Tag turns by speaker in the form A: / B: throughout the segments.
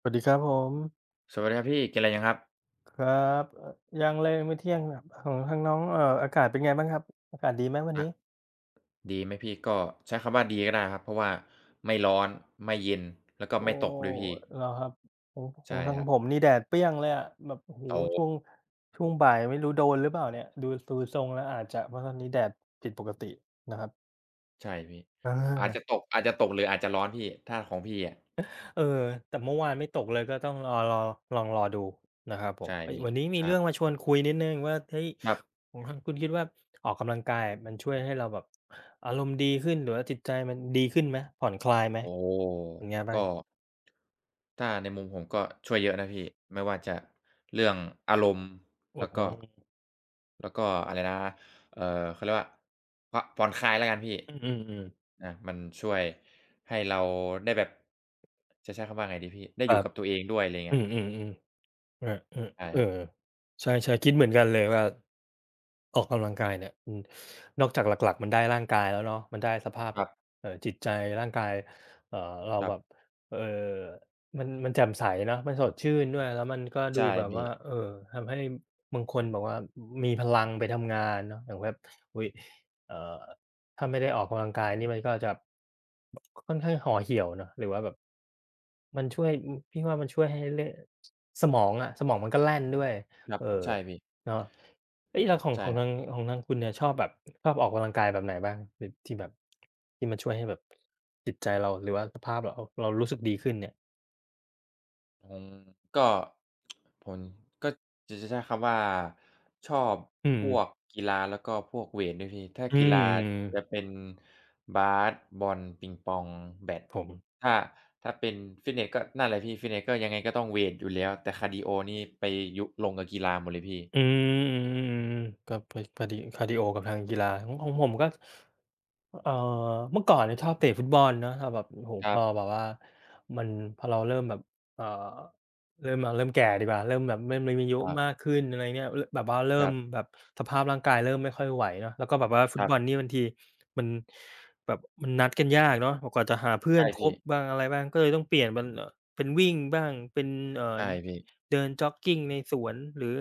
A: สวัสดีครับผม
B: สวัสดีครับพี่กินอะไรยังครับ
A: ครับยังเลยมื้อเที่ยงแบบของทางน้องอากาศเป็นไงบ้างครับอากาศดีไหมวัน
B: อะ
A: นี้
B: ดีไหมพี่ก็ใช้คำว่าดีก็ได้ครับเพราะว่าไม่ร้อนไม่เย็นแล้วก็
A: โอ้
B: ไม่ตกด้วยพี่
A: เหรอครับของของ
B: ใช่
A: ทาง
B: ครับ
A: ผมนี่แดดเปรี้ยงเลยอะแบบโอ้โฮช่วง
B: โอ
A: ช่วงบ่ายไม่รู้โดนหรือเปล่าเนี่ยดูทรงแล้วอาจจะเพราะตอนนี้แดดผิดปกตินะครับ
B: ใช่พี่
A: อ
B: อาจจะ
A: า
B: ตกหรืออาจจะร้อนพี่ถ้าของพี่อะ
A: เออแต่เมื่อวานไม่ตกเลยก็ต้องรอลองรอดูนะครับผม
B: ใช่
A: เฮ้ย
B: พี่
A: วันนี้มีเรื่องมาชวนคุยนิดหนึ่งว่าเฮ้ย
B: ครับ
A: ของทางคุณคิดว่าออกกำลังกายมันช่วยให้เราแบบอารมณ์ดีขึ้นหรือว่าจิตใจมันดีขึ้นไหมผ่อนคลายไหม
B: โอ้
A: เป็นไงบ้าง
B: ก็ถ้าในมุมผมก็ช่วยเยอะนะพี่ไม่ว่าจะเรื่องอารมณ์
A: อื
B: แล้
A: อ
B: ว
A: ฮึ
B: ก็อะไรนะเอ่อเขาเรียกว่าพผ่อนคลายแล้วกันพี่
A: อืมๆๆ
B: อามันช่วยให้เราได้แบบจะใช้คำว่าไงดีพี่ได้
A: ค
B: อยู่
A: รับ
B: กับตัวเองด้วยอะไร
A: อื
B: เงี้ย
A: มๆๆเออ
B: ใช่
A: ๆเอ
B: ค
A: อ
B: รับ
A: ใช่ๆคิดเหมือนกันเลยว่า ออกกำลังกายเนี่ยอืมนอกจากหลักๆมันได้ร่างกายแล้วเนาะมันได้สภาพแบบ
B: ค
A: จิตใจร่างกายเอ่อเราแบ
B: รับ
A: บเอ่อมันแจ่มใสเนาะมันสดชื่นด้วยแล้วมันก็
B: ๆ
A: ดู
B: ใช่
A: แบบ
B: พี่
A: ว่าทำให้บางคนแบบว่ามีพลังไปทำงานเนาะอย่างแบบอุ๊ยเอ่อถ้าไม่ได้ออกกำลังกายนี่มันก็จะค่อนข้างห่อเหี่ยวเนาะหรือว่าแบบมันช่วยอือพี่ว่ามันช่วยให้เละสมองอะสมองมันก็แล่นด้วย
B: ครั
A: เอ
B: บ
A: อ
B: ใช่พี่
A: เนาะเอยแล้วของ
B: ใช่
A: ของ
B: ครั
A: ทาง
B: บ
A: ของทางคุณเนี่ยชอบแบบชอบออกกำลังกายแบบไหนบ้างแบบที่แบบที่มันช่วยให้แบบจิตใจเราหรือว่าสภาพเราเรารู้สึกดีขึ้นเนี่ย
B: อืมก็ผมก็จะใช้คำว่าชอบ
A: อื
B: พวก
A: ม
B: กีฬาแล้วก็พวกเวตด้วยพี่ถ้า
A: อื
B: กีฬาจะ
A: ม
B: เป็นบาสบอลปิงปองแบด
A: ผม
B: ถ้าเป็นฟิตเนสก็นั่นแหละพี่ฟิตเนสก็ยังไงก็ต้องเวตอยู่แล้วแต่คาร์ดีโอนี่ไปยุลงกับกีฬาหมดเลยพี่
A: อืมๆๆๆๆก็พพอดีคาร์ดีโอกับทางกีฬาของของผมก็ เอ่อเมื่อก่อนเนี่ยชอบเตะฟุตบอลเนาะแต่แบบโอ้โฮ
B: ค
A: พ
B: รั
A: อ
B: บ
A: แบบว่ามันพอเราเริ่มแบบเอ่อเริ่มแก่ดีกว่าเริ่มแบบเริ่มมีอายุ
B: ครั
A: มาก
B: บ
A: ขึ้นอะไรเนี่ยเริ่มแบบว่าเริ่
B: ค
A: ม
B: รับ
A: แบบสภาพร่างกายเริ่มไม่ค่อยไหวเนาะแล้วก็แบบว่าฟุ
B: ค
A: ต
B: รั
A: บอล
B: บ
A: นี่บางทีมันแบบมันนัดกันยากเนาะกว่าจะหาเพื่อน
B: ใช่
A: ค
B: พี่
A: บบ้างอะไรบ้างก็เลยต้องเปลี่ยนเป็นเป็นวิ่งบ้างเป็นเอ่อ
B: ใช่พี่
A: เดินจ็อกกิ้งในสวนหรือ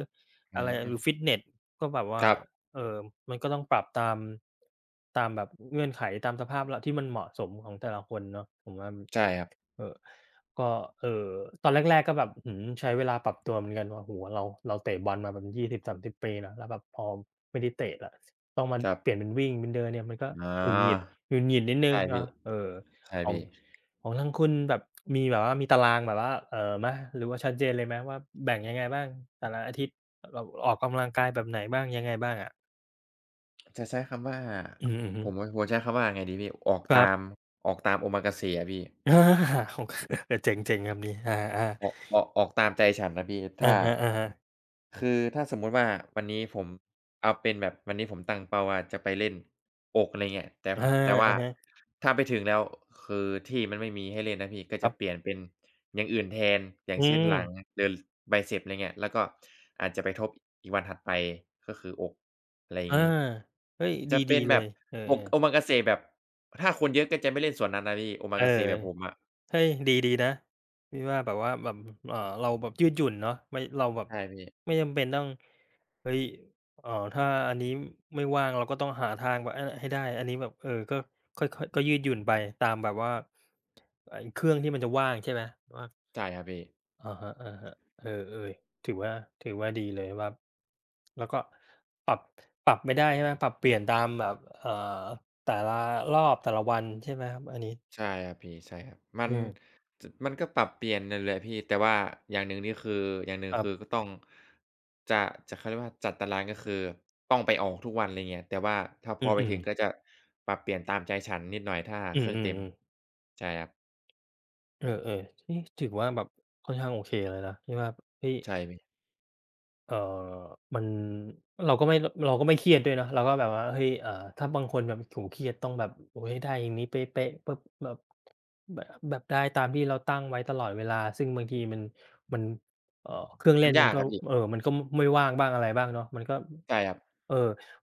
A: อะ
B: อื
A: ไร
B: ม
A: หรือฟิตเนสก็แบบว่า
B: ครับ
A: เออมันก็ต้องปรับตามแบบเงื่อนไขตามสภาพละที่มันเหมาะสมของแต่ละคนเนาะผมว่า
B: ใช่ครับ
A: เอ่อก็เอ่อตอนแรกๆก็แบบอื้อฮือใช้เวลาปรับตัวเหมือนกันว่าโอ้โฮเราเตะบอลมาแบบ20-30ปีเนาะแล้วแบบพอไม่ได้เตะแล้วต้องมา
B: ครับ
A: เปลี่ยนเป็นวิ่งเป็นเดินเนี่ยมันก็
B: อ๋อ
A: หงุดหงิดหงุดหงิดนิดหนึ่ง
B: ใช่พี่
A: เนาะเออ
B: ใช่
A: ของ
B: พี่
A: ของทางคุณแบบมีแบบว่ามีตารางแบบว่าไหมหรือว่าชัดเจนเลยไหมว่าแบ่งยังไงบ้างแต่ละอาทิตย์เราออกกำลังกายแบบไหนบ้างยังไงบ้างอะ
B: จะใช้คำว่า
A: อืมอือฮึ
B: ผมว่าผมใช้คำว่าไงดีพี่ออก
A: ครั
B: ตาม
A: บ
B: ออกตามโอมากาเสะอะพี่
A: อาโอเคเออเจ๋งๆครับนี่อา
B: ออกตามใจฉันนะพี่
A: ๆอะ
B: ถ้า
A: ฮะ
B: คือถ้าสมมุติว่าวันนี้ผมเอาเป็นแบบวันนี้ผมตั้งเป้าว่าจะไปเล่นโอกอะไรเงี้ยแต่
A: ๆ
B: พ
A: อา
B: แต่ว่า
A: อะฮะ
B: ถ้าไปถึงแล้วคือที่มันไม่มีให้เล่นนะพี่ก็
A: ครั
B: จะ
A: บ
B: เปลี่ยนเป็นอย่างอื่นแทนอย่า
A: อื
B: งเช่นหลัง
A: ม
B: หรือใบเซปอะไรเงี้ยแล้วก็อาจจะไปทบอีกวันถัดไปก็คืออกอะไรอย่า
A: อา
B: งงี้
A: เฮ้ย
B: จะเป็
A: ดี
B: น
A: ๆเล
B: แบบ
A: ยเออ
B: อก
A: ๆ
B: โอมาเแบบถ้าคนเยอะก็จะไม่เล่นส่วนนั้นนะพี่โอมา
A: เออ
B: เแบบผมอะ
A: เฮ้ยดีๆนะ พี่ว่าแบบว่าแบบเราแบบยืดหยุ่นเนาะไม่เราแบบ
B: ใช่พี่
A: ไม่จำเป็นต้องเฮ้ยถ้าอันนี้ไม่ว่างเราก็ต้องหาทางแบบเออให้ได้อันนี้แบบเออก็ค่อยๆก็ยืดหยุ่นไปตามแบบว่าไอ้เครื่องที่มันจะว่างใช่ไหมว่า
B: ใช่ครับพี่
A: อะฮะๆเออๆถือว่าดีเลยว่าแล้วก็ปรับปรับไม่ได้ใช่ไหม ปรับเปลี่ยนตามแบบแต่ละรอบแต่ละวันใช่ไหมครับ อันนี้
B: ใช่ครับพี่ใช่ครับมั
A: อื
B: น
A: ม
B: จมันก็ปรับเปลี่ยนนั่นแหละพี่แต่ว่าอย่างหนึ่งนี่คืออย่างหนึ่
A: ค
B: ง
A: รั
B: คือ
A: บ
B: ก็ต้องจะเขาเรียกว่าจัดตารางก็คือต้องไปออกทุกวันอะไรเงี้ยแต่ว่าถ้าพ
A: อื
B: อไปถึง
A: ม
B: ก็จะปรับเปลี่ยนตามใจฉันนิดหน่อยถ้า
A: ๆอื
B: เค
A: ม
B: รื่องเต็ม
A: ๆๆ
B: ใช่ครับ
A: เออๆนี่ถือว่าแบบค่อนข้างโอเคเลยนะที่ว่าเฮ้ย
B: ใช่พี่
A: เอ่อมันเราก็ไม่เราก็ไม่เครียดด้วยเนาะเราก็แบบว่าเฮ้ยถ้าบางคนแบบโอ้โฮเครียดต้องแบบโอ้โฮให้ได้อย่างนี้เป๊ะๆปุ๊บแบบได้ตามที่เราตั้งไว้ตลอดเวลาซึ่งบางทีมันมันเอ่อเครื่องเล่
B: มัน
A: นมั
B: ยา
A: น
B: ก
A: ก็
B: ครับพี่
A: มันก็ไม่ว่างบ้างอะไรบ้างเนาะมันก็
B: ใช่ครับ
A: เออ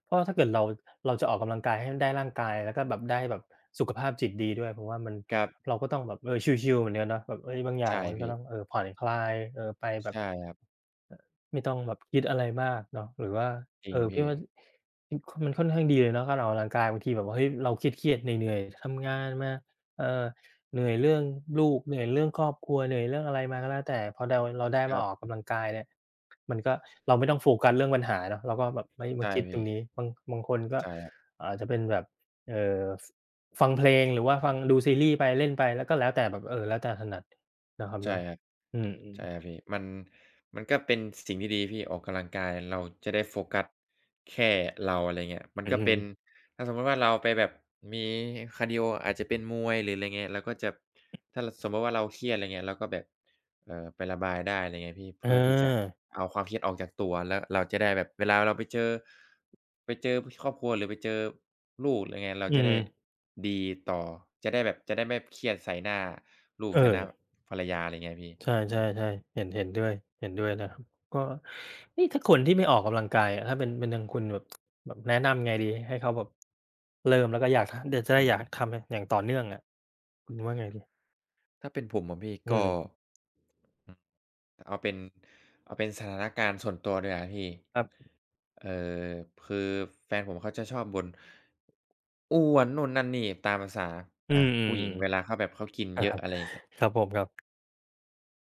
A: เพราะถ้าเกิดเราจะออกกำลังกายให้ได้ร่างกายแล้วก็แบบได้แบบสุขภาพจิตดีด้วยเพราะว่ามัน
B: ครับ
A: เราก็ต้องแบบเออชิลๆเหมือนกันเนาะแบบเฮ้ยบางอย่าง
B: ใช่
A: มันก็
B: พี่
A: ต้องเออผ่อนคลายเออไปแบบ
B: ใช่ครับ
A: ไม่ต้องแบบคิดอะไรมากเนาะหรือว่า
B: จริ
A: เอ
B: ง
A: อพี่
B: พี่
A: ว่าอมันค่อนข้างดีเลยเนาะการออกกำลังกายบางทีแบบว่าเฮ้ยเราเครียดๆเหนื่อยๆทำงานมาเอ่อเหนื่อยเรื่องลูกเหนื่อยเรื่องครอบครัวเหนื่อยเรื่องอะไรมาก็แล้วแต่พอเราได้
B: ค
A: มา
B: รั
A: ออก
B: บ
A: กำลังกายเนี่ยมันก็เราไม่ต้องโฟกัสเรื่องปัญหาเนาะเราก็แบบไม่มา
B: ใช่
A: คิดตร
B: พี่
A: งนี้บางคนก็
B: ใช่ครับ
A: อาจจะเป็นแบบเอ่อฟฟังเพลงหรือว่าฟังดูซีรีส์ไปเล่นไปแล้วก็แล้วแต่แบบเออแล้วแต่ถนัดนะครับ
B: ใช่
A: เนาะ
B: ครับ
A: อืม
B: ใช่ครั
A: ๆ
B: บพี่มันก็เป็นสิ่งที่ดีพี่ออกกำลังกายเราจะได้โฟกัสแค่เราอะไรเงี้ยมัน
A: อื
B: ก็เป็น
A: ม
B: ถ้าสมมุติว่าเราไปแบบมีคาร์ดีโออาจจะเป็นมวยหรืออะไรเงี้ยเราก็จะถ้าลสมมุติว่าเราเครียดอะไรเงี้ยเราก็แบบไประบายได้อะไรเงี้ยพี่
A: เออ
B: เพื่อที่จะเอาความเครียดออกจากตัวแล้วเราจะได้แบบเวลาเราไปเจอไปเจอครอบครัวหรือไปเจอลูกอะไรเงี้ยเรา
A: อื
B: จะ
A: ม
B: ได้ดีต่อจะได้แบบจะได้ไม่เครียดใส่หน้า ลูก
A: เอ
B: ใช่หน้า
A: อ
B: ภรรยาอะไรเงี้ยพี่
A: ใช่ๆ่ใช่เห็นด้วยเห็นด้วยนะครับก็นี่ถ้าคนที่ไม่ออกกำลังกายอะถ้าเป็นทางคุณแบบแบบแนะนำไงดีให้เขาแบบเริ่มแล้วก็อยากทเดี๋ยวจะได้อยากทำอะอย่างต่อเนื่องอะคุณว่าไงดี
B: ถ้าเป็นผมอะพี่
A: อื
B: ก็
A: ม
B: อืมเอาเป็นสถานการณ์ส่วนตัวดีกว่าพี่
A: ครับ
B: เอ่อคือแฟนผมเขาจะชอบบ่นอ้วนนู่นนั่นนี่ตามประสา
A: อื
B: อ่าผู้หญิง
A: ม
B: เวลา
A: ๆ
B: เขาแบบเขากิน
A: ๆอะ
B: เยอะ
A: ฮะ
B: อะไรอย่างเงี้ย
A: ครับผมครับ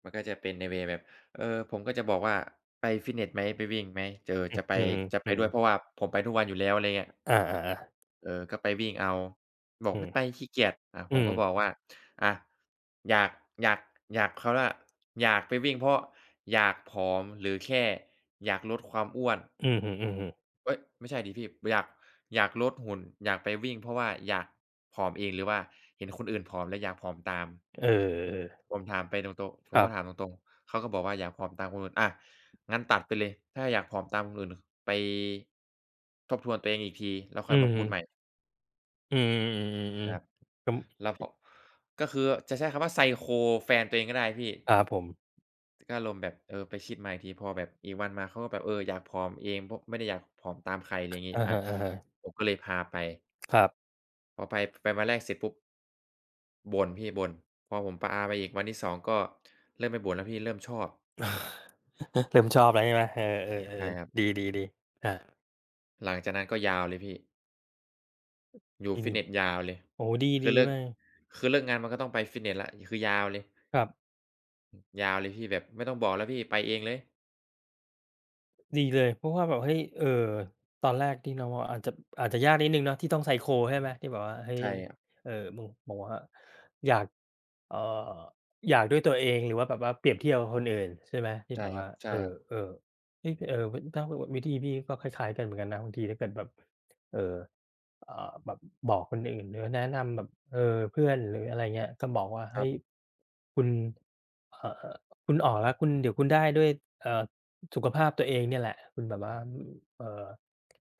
B: มันก็จะเป็นในเวย์แบบเออผมก็จะบอกว่าไปฟิตเนสไหมไปวิ่งไหมเออจะไป
A: อือฮึอืม
B: ด้วยเพราะว่าผมไปทุกวันอยู่แล้วอะไรเงี้ย
A: อาๆๆ
B: เออ ก็ไปวิ่งเอา บอก
A: อืม
B: ไม่ไปขี้เกียจอ่าผ
A: อื
B: ม
A: ม
B: ก็บอกว่าอะอยากอยากเขาเรียกว่าอยากไปวิ่งเพราะอยากผอมหรือแค่อยากลดความอ้วน
A: อือฮึๆ
B: เอ๊ยไม่ใช่ดิพี่อยากลดหุ่นอยากไปวิ่งเพราะว่าอยากผอมเองหรือว่าเห็นคนอื่นผอมแล้วอยากผอมตาม
A: เออๆ
B: ผมถามไปตรงๆผ
A: ค
B: ม
A: รั
B: ก็ถามต
A: บ
B: รงๆเขาก็บอกว่าอยากผอมตามคนอื่นอะงั้นตัดไปเลยถ้าอยากผอมตามคนอื่นไปทบทวนตัวเองอีกทีแล้วค่
A: อื
B: อย
A: อ
B: มาพู
A: ฮึ
B: ดใหม่
A: อื
B: ค
A: อๆ
B: รับ
A: ๆๆๆก็
B: แล้วพอก็คือจะใช้คำว่าไซโคแฟนตัวเองก็ได้พี่
A: ครับผม
B: ก็อารมณ์แบบเออไปคิดมาอีกทีพอแบบอีกวันมาเขาก็แบบเอออยากผอมเองเพราะไม่ได้อยากผอมตามใครอะไรอย่างงี้
A: อะ
B: อา
A: ฮะ
B: ผมก็เลยพาไป
A: ๆครับ
B: พอไปวันแรกเสร็จปุ๊บบ่นพี่บ่นพอผมพาไปอีกวันที่สองก็เริ่มไม่บ่นแล้วพี่เริ่มชอบ
A: เริ่มชอบแล้วใช่ไหมเออเออเอ
B: ใช่
A: อ
B: ครับ
A: ดีดีดีอา
B: หลังจากนั้นก็ยาวเลยพี่อยู่
A: ที่
B: ฟิต
A: นี่
B: เนสยาวเลย
A: โอ้โฮดี
B: คือ
A: ดี
B: เลิก
A: มาก
B: งานมันก็ต้องไปฟิตเนสแล้วคือยาวเลย
A: ครับ
B: ยาวเลยพี่แบบไม่ต้องบอกแล้วพี่ไปเองเลย
A: ดีเลยเพราะว่าแบบเฮ้ยตอนแรกที่เราอาจจะอาจจะยากนิดหนึ่งเนาะที่ต้องไซโคใช่ไหมที่แบบว่าเฮ้ย
B: ใช่ครับ
A: เอ่อมึงบอกว่าอยาก เอ่ออยากด้วยตัวเองหรือว่าแบบว่าเปรียบเทียบกับคนอื่นใช่ไหมที่
B: ใช่
A: แบบ
B: ค
A: ว่าเอ
B: รับ
A: อๆเฮ้ยเออถ้าววิธีพี่ก็คล้ายๆกันเหมือนกันนะบางทีถ้าเกิดแบบเอ่ออ่าแบบบอกคนอื่นหรือแนะนำแบบเออเพื่อนหรืออะไรเงี้ยก็บอกว่า
B: ๆค
A: เฮ้
B: รับ
A: ยคุณเอ่อคุณออกแล้วคุณเดี๋ยวคุณได้ด้วยเอ่อสุขภาพตัวเองเนี่ยแหละคุณแบบว่า เอ่อ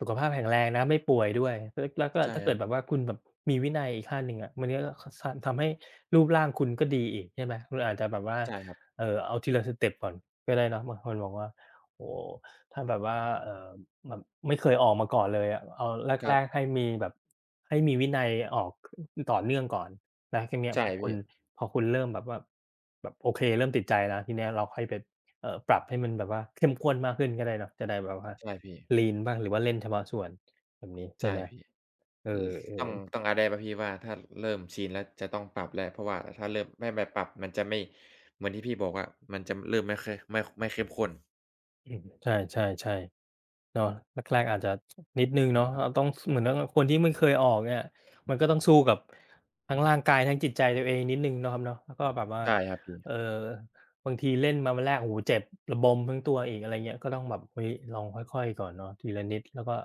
A: สุขภาพแข็งแรงนะไม่ป่วยด้วยแล้วก็
B: ใช่
A: ถ้า
B: ค
A: เกิ
B: รั
A: ดแบบ
B: บ
A: ว่าคุณแบบมีวินัยอีกขั้นหนึ่งอะมันก็คสทำให้รูปร่างคุณก็ดีอีกใช่ไหมคุณอาจจะแบบว่า
B: ใช่ครับ
A: เอาทีละสเต็ปก่อนก็ได้เนาะบางคนบอกว่าโอ้โฮถ้าแบบว่าเอ่อแบบไม่เคยออกมาก่อนเลยอะเอา
B: ครั
A: แรกๆ
B: บ
A: ให้มีแบบให้มีวินัยออกต่อเนื่องก่อนแล้วทีเนี้ย
B: ใช่
A: พอคุ
B: พี่
A: ณพอคุณเริ่มแบบว่าแบบโอเคเริ่มติดใจแล้วทีเนี้ยเราค่อยไปปรับให้มันแบบว่าเข้มข้นมากขึ้นก็ได้เนาะจะได้แบบว่า
B: ใช่พี่
A: ลีนบ้างหรือว่าเล่นเฉพาะส่วนแบบนี้ใช่
B: ใช่
A: ไหม
B: พี่ล
A: เอ
B: ต้อง
A: อ
B: ต้องอัปเเปล่าพี่ว่าถ้าเริ่มชินแล้วจะต้องปรับแล้วเพราะว่าถ้าเริ่มไม่ไปปรับมันจะไม่เหมือนที่พี่บอกอะมันจะเริ่มไม่เคยไม่เข้มข้น
A: ๆอืมใช่ๆๆเนาะแรกๆอาจจะนิดหนึ่งเนาะเราต้องสเหมือนกับว่าคนที่ไม่เคยออกเนี่ยมันก็ต้องสู้กับทั้งร่างกายทั้งจิตใจตัวเองนิดหนึ่งเนาะครับเนาะแล้วก็แบบว่า
B: ใช่ครับพี่
A: เอ่อบางทีเล่นมาวันแรกโอ้โฮเจ็บระบมทั้งตัวอีกอะไรเงี้ยก็ต้องแบบเฮ้ยลองค่อยๆก่อนเนาะทีละนิดแล้วก็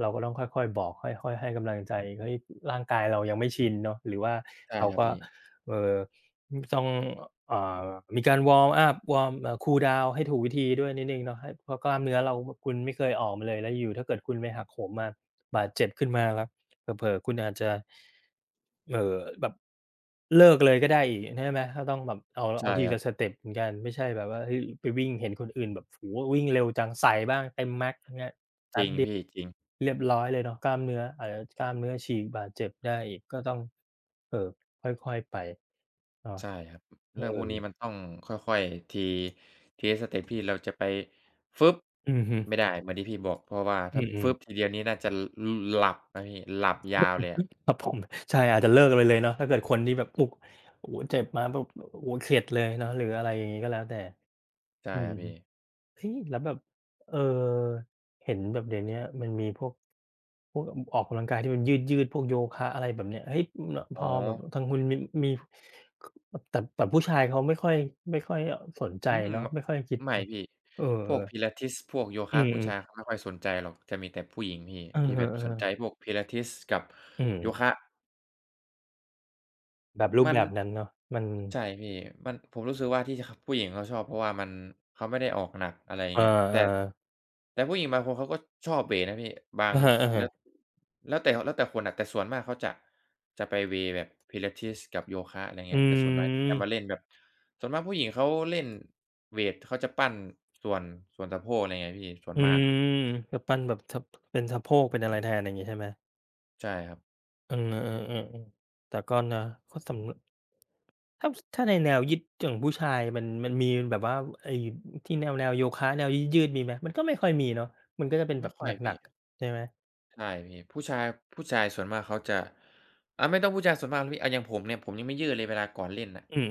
A: เราก็ต้องค่อยๆบอกค่อยๆให้กำลังใจเฮ้ยร่างกายเรายังไม่ชินเนาะหรือว่า
B: ใช่
A: เรา
B: ครับ
A: ก็
B: พี่
A: เอ่อ ต้องเอ่อมีการวอร์มอัปวอร์มคูลดาวน์ให้ถูกวิธีด้วยนิดหนึ่งเนาะให้เพราะกล้ามเนื้อเราคุณไม่เคยออกมาเลยแล้วอยู่ๆถ้าเกิดคุณไปหักโหมมาบาดเจ็บขึ้นมาแล้วเผลอๆคุณอาจจะเอ่อแบบเลิกเลยก็ได้อีกใช่ไหมก็ต้องแบบเอา
B: ใช่
A: ที
B: ครั
A: ละ
B: บ
A: สเต็ปเหมือนกันไม่ใช่แบบว่าเฮ้ยไปวิ่งเห็นคนอื่นแบบโอ้โฮวิ่งเร็วจังใส่บ้างเต็ม max เงี้ย
B: จริงพี่จริง
A: เรียบร้อยเลยเนาะกล้ามเนื้ออาจจะกล้ามเนื้อฉีกบาดเจ็บได้อีกก็ต้องเอ่อค่อยๆไปเนาะ
B: ใช่ครับ
A: เออ
B: เรื่องพวกนี้มันต้องค่อยๆทีละสเต็ปพี่เราจะไปฟึบ
A: อือฮึ
B: ไม่ได้เหมือนที่พี่บอกเพราะว่า
A: อื
B: ถ้าฟึ
A: ม
B: บทีเดียวนี้น่าจะลหลับนะพี่หลับยาวเลยอะ
A: ๆครับผมใช่อาจจะเลิกกันไปเลยเนาะถ้าเกิดคนที่แบบอุกโอ้โฮเจ็บมาแบบโอ้โฮเข็ดเลยเนาะหรืออะไรอย่างงี้ก็แล้วแต่
B: ใช่
A: อื
B: ครั
A: ม
B: บพี่
A: เฮ้ยแล้วแบบเอ่อเห็นแบบเดี๋ยวเนี้ยมันมีพวกพวกอออกกำลังกายที่มันยืดๆพวกโยคะอะไรแบบเนี้ยเฮ้ยอมลพ
B: อ๋อ
A: อแบบทางคุณมีมีคแต่แต่ผู้ชายเขาไม่ค่อยอสนใจ
B: อืม
A: เนาะ
B: ม
A: ไม่ค่อยคิด
B: ไม่
A: เนาะ
B: พี่
A: เออ
B: พวก
A: ๆ
B: Pilates พวกโย
A: อื
B: คะ
A: ม
B: ผู้ชายเขา
A: ๆ
B: ไม่ค่อยสนใจหรอกจะมีแต่ผู้หญิงพี่
A: เออ
B: ที่แบบสนใจ
A: ๆ
B: พ
A: ๆ
B: วก Pilates กับ
A: อืม
B: โยคะ
A: แบบรูป
B: มัน
A: แบบนั้นเนาะมัน
B: ใช่พี่มันผมรู้สึกว่าที่จผู้หญิงเขาชอบเพราะว่ามันเขาไม่ได้ออกหนักอะไรอย่า
A: เ
B: งเงี้ยแต่
A: ออ
B: แต่ผู้หญิงบางคนเขาก็ชอบเวย์นะพี่บา
A: ๆ
B: ง
A: อะฮ
B: สแล้
A: ะ
B: ว
A: ๆ
B: แล้วแต่แล้วแต่คนอะแต่ส่วนมากเขาจะจะไปเวย์แบบ Pilates กับโยคะอะไร
A: อื
B: เงี้ยแต่ส่วนน้อยจะมาเล่น
A: ม
B: แบบส่วนมากผู้หญิงเขาเล่นเวตเขาจะปั้นส่วนส่วนสะโพกอะไรเงี้ยพี่ส่วน
A: อื
B: มาก
A: มแบบปั้นแบบสะเป็นสะโพกเป็นอะไรแทนอย่างงี้ใช่ไหม
B: ใช่ครับ
A: เออๆๆๆแต่ก็นะก็สำถ้าถ้าในแนวยืดอย่างผู้ชายมันมันมีแบบว่าไอ้ที่แนวโยคะแนวยืดๆมีไหมมันก็ไม่ค่อยมีเนาะมันก็จะเป็นแบ
B: ไม่
A: บ
B: ค่อย
A: หนั
B: พี่
A: กๆใช่ไหม
B: ใช่พี่ผู้ชายผู้ชายส่วนมากเขาจะไม่ต้องผู้ชายส่วนมากหรอกพี่อะอย่างผมเนี่ยผมยังไม่ยืดเลยเวลาก่อนเล่นน่ะ
A: อืม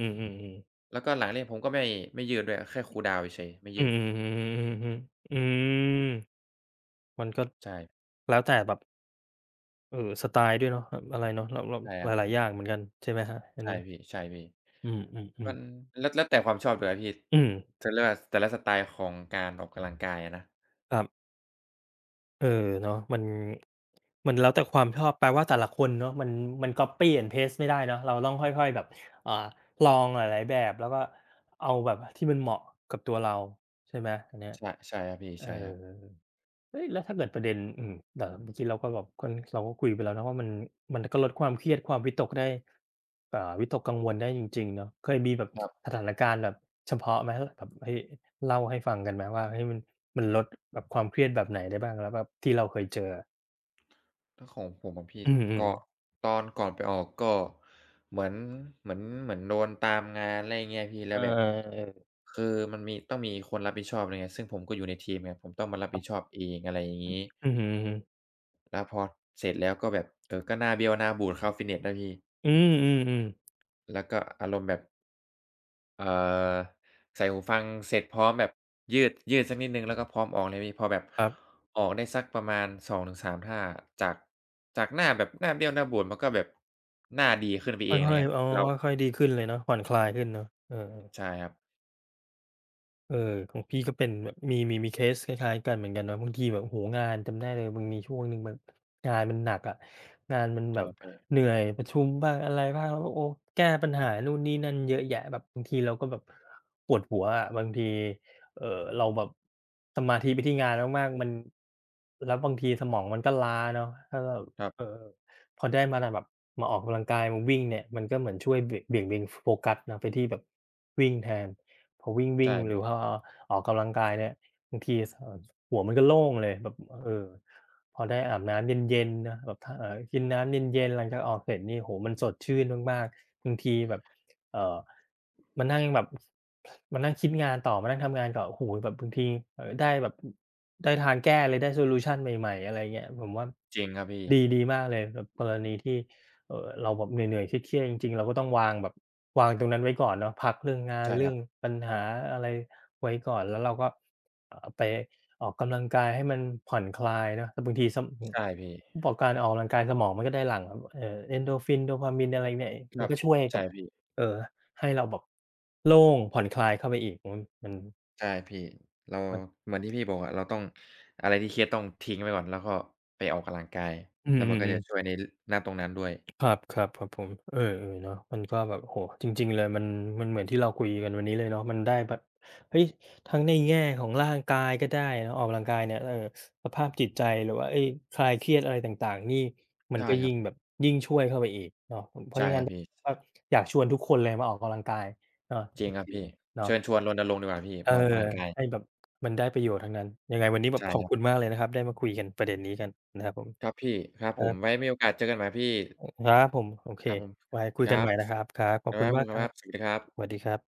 A: ๆๆๆ
B: แล้วก็หลังเล่นผมก็ไม่ยืดด้วยแค่คูลดาวน์เฉยๆไม่
A: อ
B: ยืด
A: ืมๆๆๆๆอืมมันก็
B: ใช่
A: แล้วแต่แบบสไตล์ด้วยเนาะแบบอะไรเนาะเรา
B: ใช่ค
A: ห
B: รับ
A: ลายๆอย่างเหมือนกันใช่ไหมครับอัน
B: ใช่
A: นี้
B: พี่ใช่พี่
A: อืม
B: มัน
A: ๆๆ
B: แล้วแล้วแต่ความชอบด้วยอะพี่
A: อืม
B: จะเรียกว่าแต่ละสไตล์ของการออกกำลังกายอะนะ
A: ครับ เออเนาะมันมันแล้วแต่ความชอบแปลว่าแต่ละคนเนาะมันมัน copy and paste ไม่ได้เนาะเราต้องค่อยๆแบบอ่าลองหลายๆแบบแล้วก็เอาแบบที่มันเหมาะกับตัวเราใช่ไหมอันเนี้ย
B: ใช่ใช่ครับพี่
A: เอ
B: ใช่ค
A: อ
B: รับ
A: เฮ้ยแล้วถ้าเกิดประเด็นแต่เมื่อกี้เราก็แบบค่อนเราก็คุยไปแล้วนะว่ามันก็ลดความเครียดความวิตกได้วิตกกังวลได้จริงๆเนาะเคยมีแบบ
B: ครับ
A: สถานการณ์แบบเฉพาะไหมแบบเฮ้ยเล่าให้ฟังกันไหมว่าเฮ้ยมันลดแบบความเครียดแบบไหนได้บ้างแล้วแบบที่เราเคยเจออะ
B: ถ้าของผมอะพี่
A: อืม
B: ก็
A: ๆ
B: ตอนก่อนไปออกก็เหมือนเหมือนเหมือนโดนตามงานอะไรอย่างเงี้ยพี่
A: เอ
B: แล้
A: อ
B: วแบบ
A: ๆๆ
B: คือมันมีต้องมีคนรับผิดชอบอะไรเงี้ยซึ่งผมก็อยู่ในทีมไงผมต้องมารับ
A: ครั
B: ผิดชอบ
A: บ
B: เองอะไรอย่างงี้
A: อือฮึๆ
B: แล้วพอเสร็จแล้วก็แบบเออก็หน้าเบี้ยวหน้าบูดเข้าฟิตเนสแล้วพี่
A: อืมๆๆ
B: แล้วก็อารมณ์แบบ เอ่อใส่หูฟังเสร็จพร้อมแบบยืดยืดสักนิดหนึ่งแล้วก็พร้อมออกเลยพี่พอแบบ
A: ครับ
B: ออกได้สักประมาณ2-3ท่าจากจากหน้าแบบหน้าเบี้ยวหน้าบูดมันก็แบบหน้าดีขึ้นไป
A: ค
B: เองอะไร
A: ่อย
B: เงี้ย
A: ๆอ๋อ
B: แล้ว
A: ค่อยๆดีขึ้นเลยเนาะผ่อนคลายขึ้นเนาะเออ
B: ใช่ครับ
A: เออของพี่ก็เป็นแบบมีเคสคล้ายๆกันเหมือนกันเนาะบางทีแบบโอ้โฮงานจำได้เลยมันมีช่วงหนึ่งแบบงานมันหนักอะงานมันแบ
B: ใช่
A: บ
B: พี่
A: เหนื่อยประชุมบ้างอะไรบ้างแล้วก็โอ้แก้ปัญหานู่นนี่นั่นเยอะแยะแบบบางทีเราก็แบบปวดหัวอะบางทีเอ่อเราแบบสมาธิไปที่งานมากๆมันแล้วบางทีสมองมันก็ล้าเนาะถ้าแบบ
B: ครั
A: เอ่
B: บ
A: อพอได้มาแบบมาออกกำลังกายมาวิ่งเนี่ยมันก็เหมือนช่วยเบี่ยงเบนโฟกัสเนาะไปที่แบบวิ่งแทน พอวิ่งวิ่
B: ใช่
A: งหรือพ
B: พี่
A: อออกกำลังกายเนี่ยบางทีหัวมันก็โล่งเลยแบบเออพอได้อาบน้ำเย็นๆนะแบบถ้าเออกินน้ำเย็นๆหลังจากออกเสร็จนี่โห้มันสดชื่นมากๆบางทีแบบเออมานนั่งแบบมานนั่งคิดงานต่อมานั่งทำงานก่อนโอ้โหแบบบางทีเออได้แบบได้ทางแก้เลยได้โซลูชันใหม่ๆอะไรเงี้ยผมว่า
B: จริงครับพี่
A: ดีดีมากเลยแบบกรณีที่ เราแบบเหนื่อยๆเครียดๆจริงๆเราก็ต้องวางแบบวางตรงนั้นไว้ก่อนเนาะพักเรื่องงาน
B: ใช่ค
A: เรื่
B: รั
A: อง
B: บ
A: ปัญหาอะไรไว้ก่อนแล้วเราก็ไปออกกำลังกายให้มันผ่อนคลายเนาะแต่บางทีสมอื
B: ใช่พี่
A: อบอกการออกกำลังกายสมองมันก็ได้หลั่งEndorphin Dopamine อะไรเนี่ย
B: ค
A: มั
B: รั
A: น
B: บ
A: ก็ช่วยกั
B: ใช่
A: บ
B: พี่
A: เอ่อให้เราแบบโล่งผ่อนคลายเข้าไปอีกอืมมัน
B: ใช่พี่เรา
A: มัน
B: เหมือนที่พี่บอกอะเราต้องอะไรที่เครียดต้องทิ้งไว้ก่อนแล้วก็ไปออกกำลังกาย
A: อื
B: แล้วมันก็
A: อ
B: จะ
A: ๆ
B: ช่วยในณตรงนั้นด้วย
A: ครับครับครับผมเออเออเนาะมันก็แบบโหจริงๆเลยมันเหมือนที่เราคุยกันวันนี้เลยเนาะมันได้แบบเฮ้ยทั้งในแง่ของร่างกายก็ได้เนาะออกกำลังกายเนี่ยเออสภาพจิตใจหรือว่าเอ้ยคลายเครียดอะไรต่างๆนี่มัน
B: ใช่
A: ก็
B: ค
A: ยิ่
B: รับ
A: งแบบยิ่งช่วยเข้าไปอีกเนาะเพราะ
B: ใช่
A: ฉะ
B: ค
A: นั้
B: รั
A: น
B: บพี่
A: ว่าอยากชวนทุกคนเลยมาออกกำลังกายเนาะ
B: จ
A: จ
B: ริงครับ
A: ริง
B: พี่
A: ๆเนาะ
B: เชิญชวนรณรงค์ดีกว่าพี่
A: เออ
B: มาออกกำลังกาย
A: ให้แบบมันได้ประโยชน์ทั้งนั้นยังไงวันนี้แบบ
B: ใช่
A: ขอบ
B: ครับ
A: คุณมากเลยนะครับได้มาคุยกันประเด็นนี้กันนะครับผ
B: ครั
A: ม
B: บพี่ครับผมไว้มีโอกาสเจอกันใหม่พี่
A: ครับผมโอเค
B: ครับผม
A: ไว้คุ
B: ค
A: ยกัน
B: รั
A: ให
B: บ
A: ม่นะครับครับขอบ
B: ครั
A: คุ
B: บ
A: ณ
B: ขอบคุ
A: มาก
B: ณ
A: ค
B: ค
A: รับ
B: รับสวัสดีครับ
A: สวัสดีครับ